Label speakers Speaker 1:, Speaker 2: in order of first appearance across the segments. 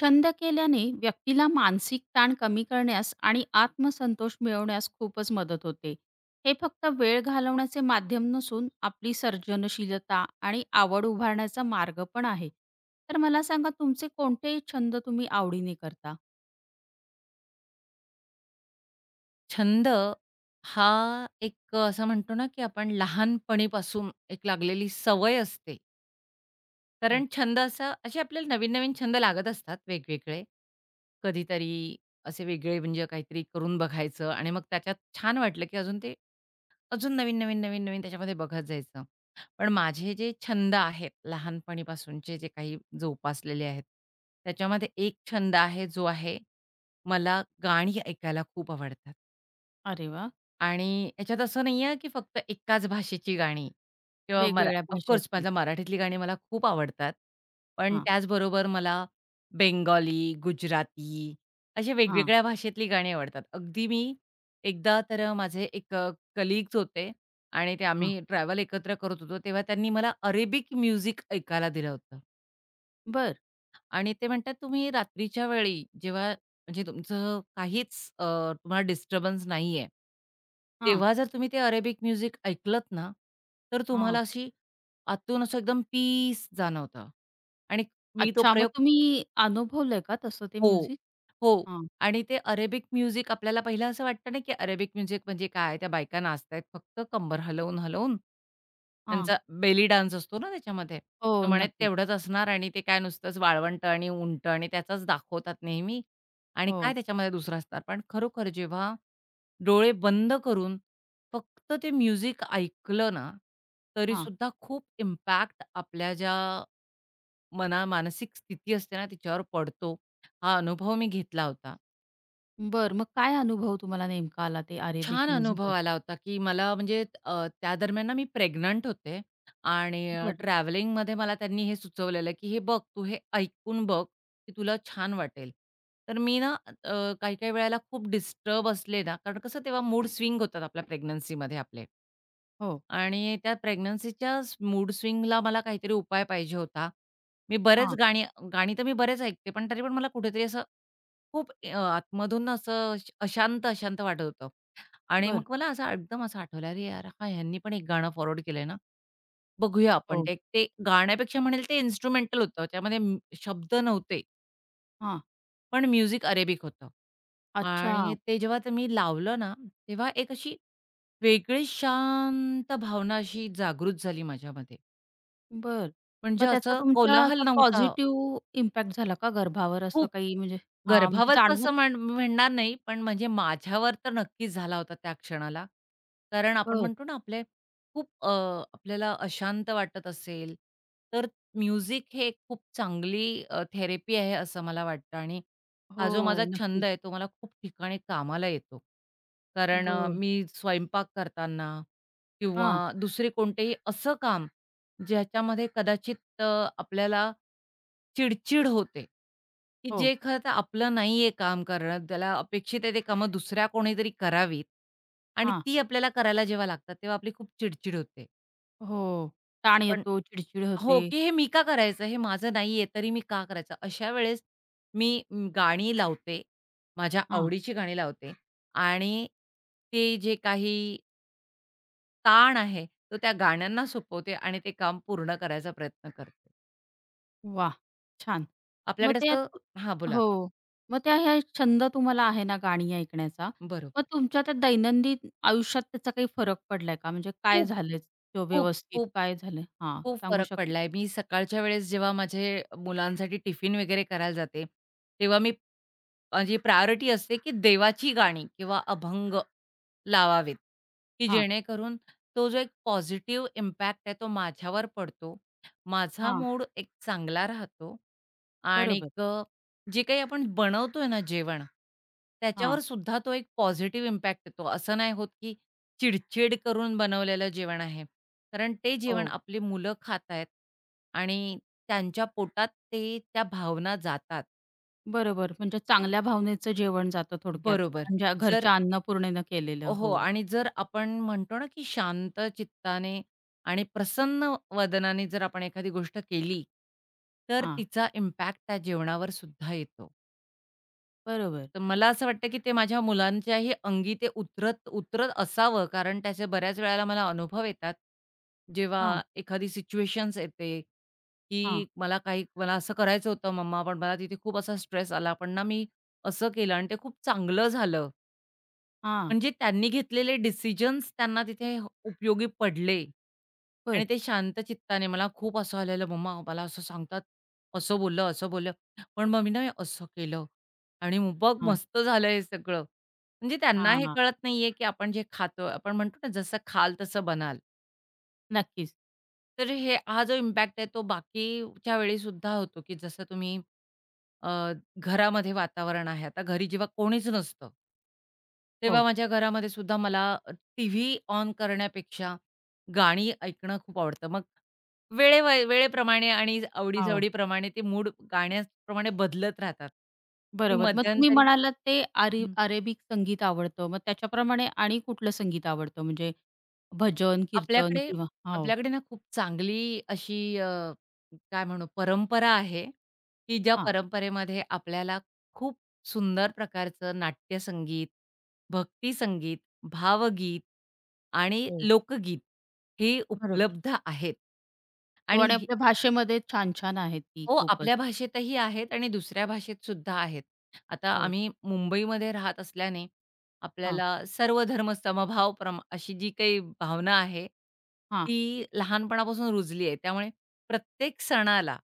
Speaker 1: छंद केल्याने व्यक्तीला मानसिक ताण कमी करण्यास आणि आत्मसंतोष मिळवण्यास खूपच मदत होते. हे फक्त वेळ घालवण्याचे माध्यम नसून आपली सर्जनशीलता आणि आवड उभारण्याचा मार्ग पण आहे. तर मला सांगा तुमचे कोणते छंद तुम्ही आवडीने करता?
Speaker 2: छंद हा एक असं म्हणतो ना, की आपण लहानपणीपासून एक लागलेली सवय असते. कारण
Speaker 1: हो.
Speaker 2: छंद असा असे आपल्याला नवीन-नवीन छंद लागत असतात वेगवेगळे. कधीतरी असे वेगळे म्हणजे काहीतरी करून बघायचं आणि मग त्याच्यात छान वाटलं, की अजून नवीन-नवीन, नवीन-नवीन त्याच्यामध्ये बघत जायचं. पण माझे जे छंद आहेत लहानपणीपासूनचे जे काही जोपासलेले आहेत, त्याच्यामध्ये एक छंद आहे जो आहे, मला गाणी ऐकायला खूप आवडतात.
Speaker 1: अरे वाह!
Speaker 2: आणि याच्यात असं नाहीये, की फक्त एकाच भाषेची गाणी किंवा मरा
Speaker 1: वेगवेगळ्या
Speaker 2: ऑफ
Speaker 1: भाषेतील.
Speaker 2: माझा मराठीतली गाणी मला खूप आवडतात. पण
Speaker 1: हां,
Speaker 2: त्याचबरोबर मला बेंगॉली, गुजराती अशा
Speaker 1: हां,
Speaker 2: वेगवेगळ्या भाषेतली गाणी आवडतात. अगदी मी एकदा तर माझे एक होते आणि ते
Speaker 1: हां.
Speaker 2: आम्ही ट्रॅव्हल एकत्र करत होतो, तेव्हा त्यांनी मला अरेबिक म्युझिक ऐकायला दिलं होतं.
Speaker 1: बरं.
Speaker 2: आणि ते म्हणतात तुम्ही रात्रीच्या वेळी जेव्हा म्हणजे तुमचं काहीच तुम्हाला डिस्टर्बन्स नाहीये,
Speaker 1: हां,
Speaker 2: तेव्हा जर तुम्ही ते अरेबिक म्युझिक ऐकलत ना, तर तुम्हाला
Speaker 1: हां.
Speaker 2: अशी आतून असं एकदम पीस जाणवतं आणि मी तो
Speaker 1: अच्छा, मग
Speaker 2: प्रयोग
Speaker 1: तुम्ही अनुभवलंय का तसं ते
Speaker 2: हो,
Speaker 1: म्युझिक?
Speaker 2: हो.
Speaker 1: हां,
Speaker 2: आणि ते अरेबिक म्युझिक आपल्याला पहिलं असं वाटतं ना, की अरेबिक म्युझिक म्हणजे काय? त्या बायका नाचतायत फक्त कंबर हलवून-हलवून.
Speaker 1: हां.
Speaker 2: त्यांचा बेली डान्स असतो ना त्याच्यामध्ये.
Speaker 1: हो,
Speaker 2: तर म्हणे
Speaker 1: नक्कीच.
Speaker 2: तेवढंच असणार आणि ते काय नुसतंच वाळवंट आणि उंट आणि त्याचाच दाखवतात नेहमी आणि
Speaker 1: हो.
Speaker 2: काय त्याच्यामध्ये दुसरं असणार. पण खरोखर जेव्हा डोळे बंद करून फक्त ते म्युझिक ऐकलं ना,
Speaker 1: हां.
Speaker 2: तरीसुद्धा खूप इम्पॅक्ट आपल्या ज्या मानसिक स्थिती असते ना, तिच्यावर पडतो. हा अनुभव मी घेतला होता.
Speaker 1: बरं. मग काय अनुभव तुम्हाला नेमका आला ते अरेबिक
Speaker 2: छान
Speaker 1: म्युझिक
Speaker 2: अनुभव
Speaker 1: ऐकून?
Speaker 2: आला होता, की मला म्हणजे त्या दरम्यान ना मी प्रेग्नंट होते आणि ट्रॅव्हलिंगमध्ये मला त्यांनी हे सुचवलेलं, की "हे बघ, तू हे ऐकून बघ, की तुला छान वाटेल." तर मी ना अ, काही-काही वेळेला खूप डिस्टर्ब असले ना, कारण कसं तेव्हा मूड स्विंग होतात आपल्या प्रेग्नन्सीमध्ये आपले.
Speaker 1: हो.
Speaker 2: आणि त्या प्रेग्नन्सीच्या मूड स्विंगला मला काहीतरी उपाय पाहिजे होता. मी बरेच
Speaker 1: हां.
Speaker 2: गाणी गाणी तर मी बरेच ऐकते, पण तरी पण मला कुठेतरी असं खूप आतमधून असं अशांत-अशांत वाटत होतं. आणि
Speaker 1: बरं.
Speaker 2: मग मला असं एकदम असं आठवलं, "अरे यार, हां, ह्यांनी पण एक गाणं फॉरवर्ड केलंय ना, बघूया आपण."
Speaker 1: हो.
Speaker 2: ते ते गाण्यापेक्षा म्हणेल ते इन्स्ट्रुमेंटल होतं. त्यामध्ये शब्द नव्हते,
Speaker 1: हां.
Speaker 2: पण म्युझिक अरेबिक होतं.
Speaker 1: अच्छा.
Speaker 2: आणि ते जेव्हा ते मी लावलं ना, तेव्हा एक अशी वेगळी शांत भावना अशी जागृत झाली माझ्यामध्ये.
Speaker 1: बरं.
Speaker 2: म्हणजे
Speaker 1: मग त्याचा
Speaker 2: असं
Speaker 1: तुमच्या
Speaker 2: कोलाहल
Speaker 1: असा
Speaker 2: नव्हता.
Speaker 1: पॉझिटिव्ह इम्पॅक्ट झाला का गर्भावर असं
Speaker 2: खूप.
Speaker 1: काही म्हणजे हां, म्हणजे
Speaker 2: गर्भावरचं असं
Speaker 1: जाणवत?
Speaker 2: म्हण म्हणणार नाही, पण म्हणजे माझ्यावर तर नक्कीच झाला होता त्या क्षणाला. कारण आपण
Speaker 1: बरं.
Speaker 2: म्हणतो ना, आपले खूप आपल्याला अशांत वाटत असेल, तर म्युझिक हे एक खूप चांगली थेरपी आहे असं मला वाटतं आणि हा
Speaker 1: हो.
Speaker 2: जो माझा छंद
Speaker 1: नक्कीच.
Speaker 2: आहे, तो मला खूप ठिकाणी कामाला येतो. कारण
Speaker 1: बरं.
Speaker 2: मी स्वयंपाक करताना
Speaker 1: हां.
Speaker 2: किंवा दुसरे कोणतेही असं काम, ज्याच्यामध्ये कदाचित आपल्याला चिड होते, की
Speaker 1: हो.
Speaker 2: जे खरं तर आपलं नाहीये काम करणं, त्याला अपेक्षित आहे ते कामं दुसऱ्या कोणीतरी करावीत आणि
Speaker 1: हां.
Speaker 2: ती आपल्याला करायला जेव्हा लागतात, तेव्हा आपली खूप चिड-चिड होते.
Speaker 1: हो. ताण
Speaker 2: पण
Speaker 1: येतो, चिडचिड
Speaker 2: हो,
Speaker 1: होते.
Speaker 2: की हे मी का करायचं? हे माझं नाहीये, तरी मी का करायचं? अशा वेळेस मी गाणी लावते, माझ्या
Speaker 1: हां.
Speaker 2: आवडीची गाणी लावते आणि ते जे काही ताण आहे, तो त्या गाण्यांना सोपवते आणि ते काम पूर्ण करायचा प्रयत्न करते.
Speaker 1: वाह! छान. मग
Speaker 2: आपल्याकडे असं
Speaker 1: त्यात
Speaker 2: हां, बोला.
Speaker 1: हो. मग त्या ह्या छंद तुम्हाला आहे ना गाणी ऐकण्याचा, मग
Speaker 2: बरोबर.
Speaker 1: तुमच्या त्या दैनंदिन आयुष्यात त्याचा काही फरक पडलाय का? म्हणजे काय
Speaker 2: खूप,
Speaker 1: झालंय तो
Speaker 2: खूप,
Speaker 1: व्यवस्थित
Speaker 2: खूप
Speaker 1: काय झालंय? हां,
Speaker 2: खूप
Speaker 1: सांगू
Speaker 2: फरक
Speaker 1: शकाल?
Speaker 2: पडलाय. मी सकाळच्या वेळेस जेव्हा माझे मुलांसाठी टिफिन वगैरे करायला जाते, तेव्हा मी माझी प्रायोरिटी असते, की देवाची गाणी किंवा अभंग लावावेत, की
Speaker 1: हां,
Speaker 2: जेणेकरून तो जो एक पॉझिटिव्ह इम्पॅक्ट आहे तो माझ्यावर पडतो. माझा
Speaker 1: हां.
Speaker 2: मूड एक चांगला राहतो आणि
Speaker 1: बरोबर.
Speaker 2: जे काही आपण बनवतोय ना जेवण, त्याच्यावर
Speaker 1: हां.
Speaker 2: सुद्धा तो एक पॉझिटिव्ह इम्पॅक्ट येतो. असं नाही होत, की चिड करून बनवलेलं जेवण आहे. कारण ते जेवण
Speaker 1: हो.
Speaker 2: आपली मुलं खात आहेत आणि त्यांच्या पोटात ते त्या भावना जातात.
Speaker 1: बरोबर. म्हणजे चांगल्या भावनेचं जेवण जातं थोडक्यात.
Speaker 2: बरोबर.
Speaker 1: म्हणजे
Speaker 2: जर
Speaker 1: घरच्या अन्नपूर्णेनं केलेलं.
Speaker 2: हो
Speaker 1: हो.
Speaker 2: आणि जर आपण म्हणतो ना, की शांत चित्ताने आणि प्रसन्न वदनाने जर आपण एखादी गोष्ट केली, तर
Speaker 1: हां.
Speaker 2: तिचा इम्पॅक्ट त्या जेवणावर सुद्धा येतो.
Speaker 1: बरोबर.
Speaker 2: तर मला असं वाटतं, की ते माझ्या मुलांच्याही अंगी ते उतरत उतरत असावं, कारण त्याचे बऱ्याच वेळेला मला अनुभव येतात. जेव्हा
Speaker 1: हां,
Speaker 2: एखादी सिच्युएशन्स येते,
Speaker 1: हां,
Speaker 2: की मला असं करायचं होतं मम्मा, पण मला तिथे खूप असा स्ट्रेस आला, पण ना मी असं केलं आणि ते खूप चांगलं झालं.
Speaker 1: हां.
Speaker 2: म्हणजे त्यांनी घेतलेले डिसिजन्स त्यांना तिथे उपयोगी पडले. आणि
Speaker 1: बरं.
Speaker 2: ते शांत चित्ताने मला खूप असं आलेलं, "मम्मा मला असं सांगतात, असं बोललं, असं बोललं. पण मम्मीनं मी असं केलं आणि मग बघ
Speaker 1: हां,
Speaker 2: मस्त झालं हे सगळं." म्हणजे त्यांना हे
Speaker 1: हां.
Speaker 2: कळत नाहीये, की आपण जे खातोय आपण म्हणतो ना, "जसं खाल तसं बनाल."
Speaker 1: नक्कीच.
Speaker 2: तर हा जो इम्पॅक्ट आहे तो बाकीच्या वेळी सुद्धा होतो, की जसं तुम्ही अ, घरामध्ये वातावरण आहे. आता घरी जेव्हा कोणीच नसतं तेव्हा
Speaker 1: हो.
Speaker 2: माझ्या घरामध्ये सुद्धा मला टीव्ही ऑन करण्यापेक्षा गाणी ऐकणं खूप आवडतं. मग वेळे वेळेप्रमाणे आणि आवडी
Speaker 1: हो.
Speaker 2: ते मूड गाण्याप्रमाणे बदलत राहतात. मी
Speaker 1: बरोबर. मग तुम्ही
Speaker 2: मध्यंतरी
Speaker 1: म्हणालात ते आरे अरेबिक संगीत आवडतं. मग त्याच्याप्रमाणे आणि कुठलं संगीत आवडतं? म्हणजे भजन, कीर्तन
Speaker 2: आपल्याकडे
Speaker 1: किंवा हो.
Speaker 2: आपल्याकडे ना खूप चांगली अशी काय म्हणू परंपरा आहे, की ज्या
Speaker 1: हां.
Speaker 2: परंपरेमध्ये आपल्याला खूप सुंदर प्रकारचं नाट्यसंगीत, भक्तिसंगीत, भावगीत आणि
Speaker 1: हो.
Speaker 2: लोकगीत हे
Speaker 1: बरोबर.
Speaker 2: उपलब्ध आहेत.
Speaker 1: हो,
Speaker 2: आणि
Speaker 1: आणि
Speaker 2: ही
Speaker 1: आपल्या भाषेमध्ये छान-छान आहेत ती
Speaker 2: हो,
Speaker 1: खूपच.
Speaker 2: आपल्या भाषेतही आहेत आणि दुसऱ्या भाषेत सुद्धा आहेत. आता
Speaker 1: हो.
Speaker 2: आम्ही मुंबईमध्ये राहत असल्याने
Speaker 1: हां,
Speaker 2: आपल्याला सर्व धर्म समभाव अशी जी काही भावना आहे,
Speaker 1: हां,
Speaker 2: ती लहानपणापासून रुजली आहे. त्यामुळे प्रत्येक सणाला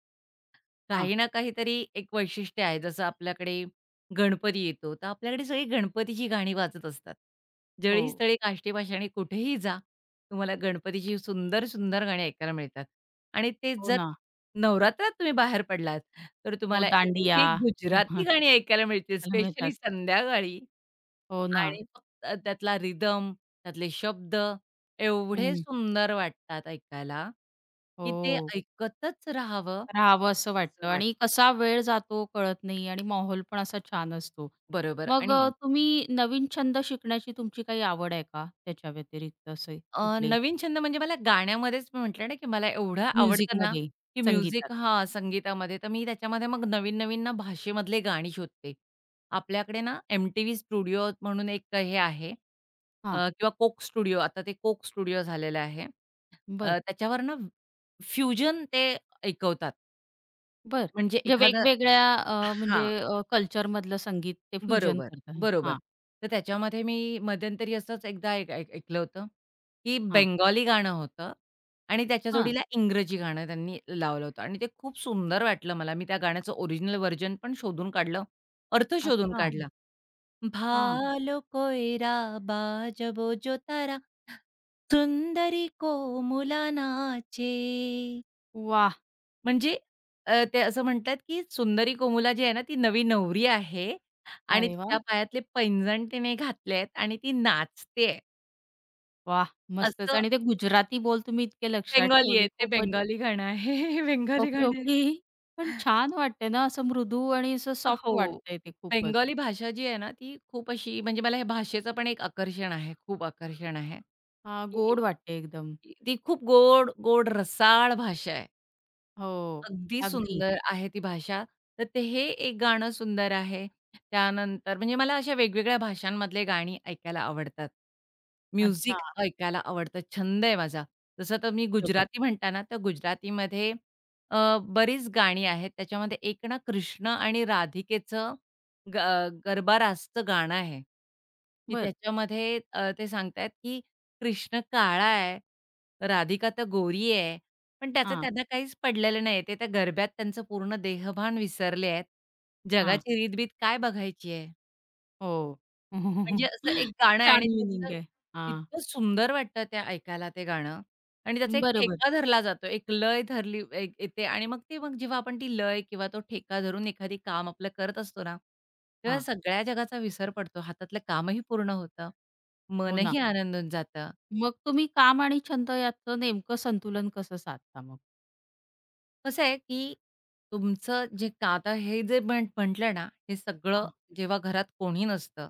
Speaker 1: हां.
Speaker 2: काही ना काहीतरी एक वैशिष्ट्य आहे. जसं आपल्याकडे गणपती येतो, तर आपल्याकडे सगळी गणपतीची गाणी वाजत असतात.
Speaker 1: हो.
Speaker 2: जळी, स्थळी, काष्टी, पाषाणी कुठेही जा, तुम्हाला गणपतीची सुंदर, सुंदर गाणी ऐकायला मिळतात. आणि तेच
Speaker 1: हो
Speaker 2: जर
Speaker 1: ना.
Speaker 2: नवरात्रात तुम्ही बाहेर पडलात, तर
Speaker 1: हो,
Speaker 2: तुम्हाला
Speaker 1: दांडिया
Speaker 2: एवढी गुजराती गाणी ऐकायला मिळतील,
Speaker 1: त्याला मिळतात.
Speaker 2: स्पेशली संध्याकाळी.
Speaker 1: हो ना.
Speaker 2: आणि फक्त त्यातला रिदम, त्यातले शब्द एवढे
Speaker 1: हं.
Speaker 2: सुंदर वाटतात ऐकायला, की ते
Speaker 1: हो.
Speaker 2: ऐकतच राहावं
Speaker 1: राहावं असं वाटतं
Speaker 2: असं
Speaker 1: आणि
Speaker 2: वाटतं.
Speaker 1: कसा वेळ जातो कळत नाही आणि माहोल पण असा छान असतो.
Speaker 2: बरोबर
Speaker 1: मग
Speaker 2: आणि
Speaker 1: अ, तुम्ही नवीन छंद शिकण्याची तुमची काही आवड आहे का? त्याच्या व्यतिरिक्त असे कुठले?
Speaker 2: नवीन छंद म्हणजे मला गाण्यामध्येच मी म्हटलं ना, की मला एवढं आवडतं ना,
Speaker 1: म्युझिकमध्ये,
Speaker 2: की
Speaker 1: संगीतात?
Speaker 2: म्युझिक हां, संगीतामध्ये तर मी त्याच्यामध्ये मग नवीन-नवीन ना भाषेमधले गाणी शोधते. आपल्याकडे ना एम-टी-व्ही स्टुडिओ म्हणून एक हे आहे
Speaker 1: हां,
Speaker 2: किंवा कोक स्टुडिओ आता ते कोक स्टुडिओ झालेलं आहे.
Speaker 1: बरं,
Speaker 2: त्याच्यावर ना फ्युजन ते ऐकवतात.
Speaker 1: बरं.
Speaker 2: म्हणजे
Speaker 1: म्हणजे
Speaker 2: एखादं
Speaker 1: वेगवेगळ्या अ, म्हणजे
Speaker 2: हां.
Speaker 1: अ, कल्चरमधलं संगीत ते फ्युजन
Speaker 2: बरोबर,
Speaker 1: करता.
Speaker 2: बरोबर.
Speaker 1: हां,
Speaker 2: तर त्याच्यामध्ये मी मध्यंतरी असंच एकदा ऐक ऐक ऐकलं होतं, की
Speaker 1: हां,
Speaker 2: बेंगॉली गाणं होतं आणि त्याच्या
Speaker 1: हां.
Speaker 2: जोडीला इंग्रजी गाणं त्यांनी लावलं होतं आणि ते खूप सुंदर वाटलं मला. मी त्या गाण्याचं ओरिजिनल व्हर्जन पण शोधून काढलं, अर्थ शोधून
Speaker 1: अच्छा.
Speaker 2: काढला.
Speaker 1: हां.
Speaker 2: भालो कोयरा बाजबो जो तारा, सुंदरी को मुला नाचे.
Speaker 1: वाह!
Speaker 2: म्हणजे ते असं म्हणतात, की सुंदरी कोमुला जी आहे ना, ती नवी नवरी आहे आणि
Speaker 1: अरे
Speaker 2: तिच्या
Speaker 1: वाह!
Speaker 2: पायातले पैंजण तिने घातले आहेत आणि ती नाचतेय.
Speaker 1: वाह! मस्तच,
Speaker 2: असं
Speaker 1: आणि ते गुजराती बोल तुम्ही इतके लक्षात
Speaker 2: बेंगॉली आहे.
Speaker 1: ठेवले
Speaker 2: ते
Speaker 1: खूपच
Speaker 2: बेंगॉली गाणं आहे. बेंगॉली
Speaker 1: ओके,
Speaker 2: गाणं आहे.
Speaker 1: ओके. पण छान वाटतंय ना, असं मृदू आणि असं सॉफ्ट
Speaker 2: हो.
Speaker 1: वाटतंय ते खूपच.
Speaker 2: बेंगॉली भाषा जी आहे ना, ती खूप अशी म्हणजे मला ह्या भाषेचं पण एक आकर्षण आहे. खूप आकर्षण आहे.
Speaker 1: हां,
Speaker 2: की
Speaker 1: गोड वाटते एकदम.
Speaker 2: ती खूप गोड, गोड रसाळ भाषा आहे.
Speaker 1: हो,
Speaker 2: अगदी
Speaker 1: अगदी.
Speaker 2: सुंदर आहे ती भाषा. तर ते हे एक गाणं सुंदर आहे. त्यानंतर म्हणजे मला अशा वेगवेगळ्या भाषांमधले गाणी ऐकायला आवडतात.
Speaker 1: अच्छा,
Speaker 2: म्युझिक ऐकायला आवडतं, छंद आहे माझा. जसं तर मी
Speaker 1: बरोबर.
Speaker 2: गुजराती म्हणता ना, तर गुजरातीमध्ये अ, बरीच गाणी आहेत. त्याच्यामध्ये एक ना कृष्ण आणि राधिकेचं ग गरबा रासचं गाणं आहे, की
Speaker 1: बर,
Speaker 2: त्याच्यामध्ये ते सांगतायत, की कृष्ण काळा आहे, राधिका तर गोरी आहे पण त्याचं
Speaker 1: हां,
Speaker 2: त्यांना काहीच पडलेलं नाही. ते त्या गरब्यात त्यांचं पूर्ण देहभान विसरले आहेत.
Speaker 1: हां.
Speaker 2: जगाची रीतबीत काय बघायची आहे?
Speaker 1: हो.
Speaker 2: म्हणजे असं एक गाणं आहे
Speaker 1: छान
Speaker 2: आणि
Speaker 1: मिनिंग
Speaker 2: त्याचं
Speaker 1: आहे. हां,
Speaker 2: इतकं सुंदर वाटतं ते ऐकायला ते गाणं आणि त्याचा एक
Speaker 1: बरोबर.
Speaker 2: ठेका धरला जातो. एक लय धरली एक येते आणि मग जेव्हा आपण ती लय किंवा तो ठेका धरून एखादी काम आपलं करत असतो ना, तेव्हा
Speaker 1: हां,
Speaker 2: सगळ्या जगाचा विसर पडतो. हातातलं कामही पूर्ण होतं.
Speaker 1: हो ना.
Speaker 2: मनही आनंदून जातं
Speaker 1: मग तुम्ही काम आणि छंद याचं नेमकं संतुलन कसं साधता मग?
Speaker 2: कसं आहे, की तुमचं जे का आता हे जे म्हटलं ना, हे सगळं
Speaker 1: हां,
Speaker 2: जेव्हा घरात कोणी नसतं,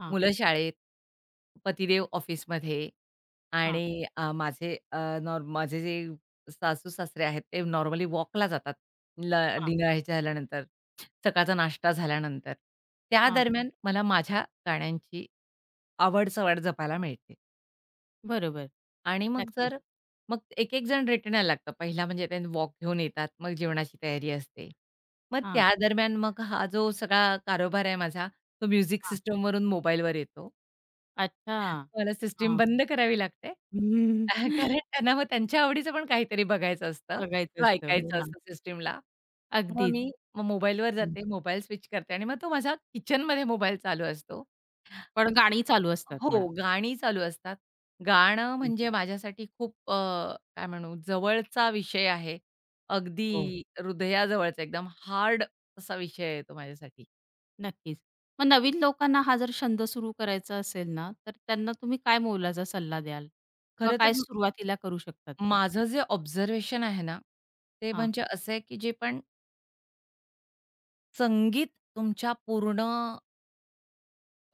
Speaker 1: हां,
Speaker 2: मुलं शाळेत, पतिदेव ऑफिसमध्ये
Speaker 1: हां,
Speaker 2: आणि माझे अ, नॉर्म माझे जे सासू-सासरे आहेत, ते नॉर्मली वॉकला जातात. ल
Speaker 1: हां,
Speaker 2: डिनर हे झाल्यानंतर, सकाळचा नाश्ता झाल्यानंतर. त्या
Speaker 1: हां.
Speaker 2: दरम्यान मला माझ्या गाण्यांची आवड-सवड जपायला मिळते.
Speaker 1: बरोबर.
Speaker 2: आणि मग
Speaker 1: नक्कीच.
Speaker 2: जर मग एक-एक जण रिटर्न यायला लागतं. पहिला म्हणजे ते वॉक घेऊन येतात. मग जेवणाची तयारी असते. मग
Speaker 1: हां,
Speaker 2: त्या दरम्यान मग हा जो सगळा कारोबार आहे माझा, तो म्युझिक
Speaker 1: हां.
Speaker 2: सिस्टमवरून मोबाईलवर येतो.
Speaker 1: अच्छा.
Speaker 2: मला सिस्टीम
Speaker 1: हां.
Speaker 2: बंद करावी लागते. कारण त्यांना मग त्यांच्या आवडीचं पण काहीतरी बघायचं असतं
Speaker 1: बघायचं
Speaker 2: किंवा
Speaker 1: असतं. हो
Speaker 2: ऐकायचं
Speaker 1: ना.
Speaker 2: असतं सिस्टीमला. मग
Speaker 1: अगदीच.
Speaker 2: मी मग मोबाईलवर
Speaker 1: हं.
Speaker 2: जाते, मोबाईल स्विच करते आणि मग तो माझा किचनमध्ये मोबाईल चालू असतो.
Speaker 1: पण गाणी चालू असतात म्हणा.
Speaker 2: हो, गाणी चालू असतात. गाणं
Speaker 1: हं.
Speaker 2: म्हणजे माझ्यासाठी खूप काय म्हणू जवळचा विषय आहे.
Speaker 1: हो.
Speaker 2: अगदी हृदयाजवळचा एकदम हार्ड असा विषय आहे तो माझ्यासाठी.
Speaker 1: नक्कीच. मग नवीन लोकांना हा जर छंद सुरू करायचा असेल ना, तर त्यांना तुम्ही काय मोलाचा सल्ला द्याल? किंवा
Speaker 2: खरं तर
Speaker 1: काय सुरुवातीला करू शकतात ते?
Speaker 2: माझं जे ऑब्झर्वेशन आहे ना, ते
Speaker 1: हां,
Speaker 2: म्हणजे असं आहे, की जे पण संगीत तुमच्या पूर्ण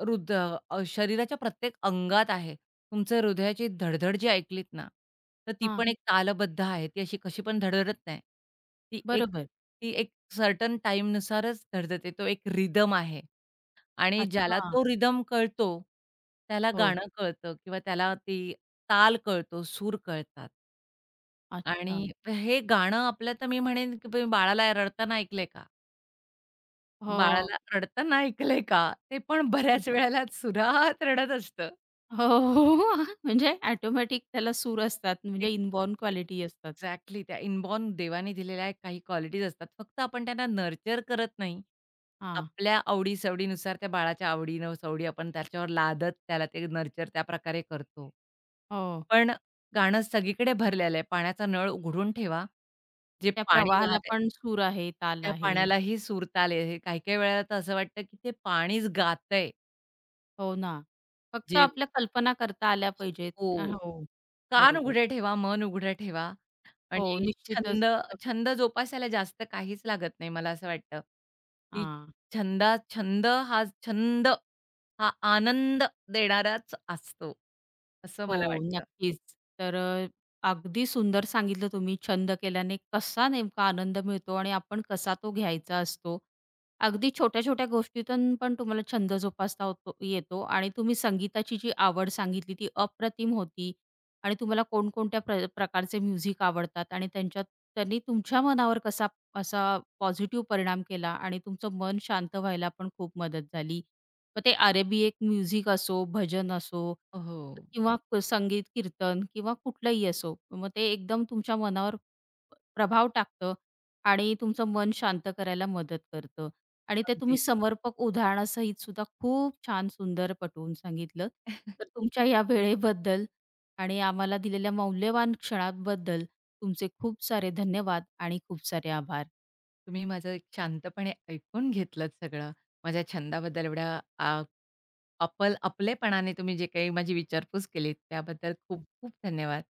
Speaker 2: हृद शरीराच्या प्रत्येक अंगात आहे. तुमच्या हृदयाची धडधड जी ऐकलीत ना, तर ती
Speaker 1: हां.
Speaker 2: पण एक तालबद्ध आहे. ती अशी कशी पण धडधडत नाही. ती एक
Speaker 1: बरोबर.
Speaker 2: ती एक सर्टन टाईमनुसारच धडधडते. तो एक रिदम आहे. आणि ज्याला
Speaker 1: अच्छा.
Speaker 2: तो रिदम कळतो, त्याला
Speaker 1: हो.
Speaker 2: गाणं कळतं किंवा त्याला ती ताल कळतो, सूर कळतात. आणि
Speaker 1: अच्छा.
Speaker 2: हे गाणं आपलं तर मी म्हणेन, की तुम्ही बाळाला रडताना ऐकलंय का?
Speaker 1: हो.
Speaker 2: बाळाला रडताना ऐकलंय का? ते पण बऱ्याच वेळेला सुरात रडत असतं.
Speaker 1: हो, हो, हो. म्हणजे ऑटोमॅटिक त्याला सूर असतात. म्हणजे इनबॉर्न क्वालिटी असतात.
Speaker 2: एक्झॅक्टली. त्या इनबॉर्न देवाने दिलेल्या काही क्वालिटीज असतात. फक्त आपण त्यांना नर्चर करत नाही.
Speaker 1: हां.
Speaker 2: आपल्या आवडी-सवडीनुसार त्या बाळाच्या आवडीनं सवडी आपण त्याच्यावर लादत त्याला ते नर्चर त्या प्रकारे करतो.
Speaker 1: हो.
Speaker 2: पण गाणं सगळीकडे भरलेलं आहे. पाण्याचा नळ उघडून ठेवा. जे
Speaker 1: त्या
Speaker 2: पाणी वाहत
Speaker 1: प्रवाहाला
Speaker 2: आहे
Speaker 1: पण सूर आहे, ताल
Speaker 2: त्या
Speaker 1: आहे.
Speaker 2: पाण्यालाही सूर-ताल हे काही-काही वेळेला तर असं वाटतं, की ते पाणीच गातंय.
Speaker 1: हो ना. फक्त
Speaker 2: जे
Speaker 1: आपल्या कल्पना करता आल्या पाहिजेत.
Speaker 2: हो.
Speaker 1: हो.
Speaker 2: कान
Speaker 1: बरोबर.
Speaker 2: उघडे ठेवा, मन उघडं ठेवा.
Speaker 1: हो,
Speaker 2: आणि
Speaker 1: निश्चितच.
Speaker 2: छंद छंद जोपासायला जास्त काहीच लागत नाही. मला असं वाटतं, की
Speaker 1: हां.
Speaker 2: छंद हा छंद हा आनंद देणाराच असतो, असं मला
Speaker 1: हो,
Speaker 2: वाटतं.
Speaker 1: नक्कीच. तर अगदी सुंदर सांगितलं तुम्ही छंद केल्याने कसा नेमका आनंद मिळतो आणि आपण कसा तो घ्यायचा असतो. अगदी छोट्या-छोट्या गोष्टीतून पण तुम्हाला छंद जोपासता येतो आणि तुम्ही संगीताची जी आवड सांगितली ती अप्रतिम होती आणि तुम्हाला कोणकोणत्या प्रकारचे म्युझिक आवडतात आणि त्यांच्यात त्यांनी तुमच्या मनावर कसा असा पॉझिटिव्ह परिणाम केला आणि तुमचं मन शांत व्हायला पण खूप मदत झाली. मग ते अरेबी एक म्युझिक असो, भजन असो
Speaker 2: हो,
Speaker 1: किंवा संगीत, कीर्तन किंवा कुठलंही असो. मग ते एकदम तुमच्या मनावर प्रभाव टाकतं आणि तुमचं मन शांत करायला मदत करतं आणि ते तुम्ही
Speaker 2: अगदी.
Speaker 1: समर्पक उदाहरणासहित सुद्धा खूप छान सुंदर पटवून सांगितलं. तर तुमच्या या वेळेबद्दल आणि आम्हाला दिलेल्या मौल्यवान क्षणाबद्दल तुमचे खूप सारे धन्यवाद आणि खूप सारे आभार.
Speaker 2: तुम्ही माझं एक शांतपणे ऐकून घेतलंत सगळं. माझ्या छंदाबद्दल एवढ्या आ अपल आपलेपणाने तुम्ही जे काही माझी विचारपूस केलीत, त्याबद्दल खूप-खूप धन्यवाद.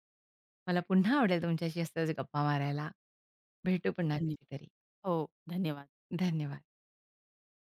Speaker 2: मला पुन्हा आवडेल तुमच्याशी असंच गप्पा मारायला. भेटू पुन्हा
Speaker 1: धन्य
Speaker 2: कधीतरी.
Speaker 1: हो, धन्यवाद.
Speaker 2: धन्यवाद.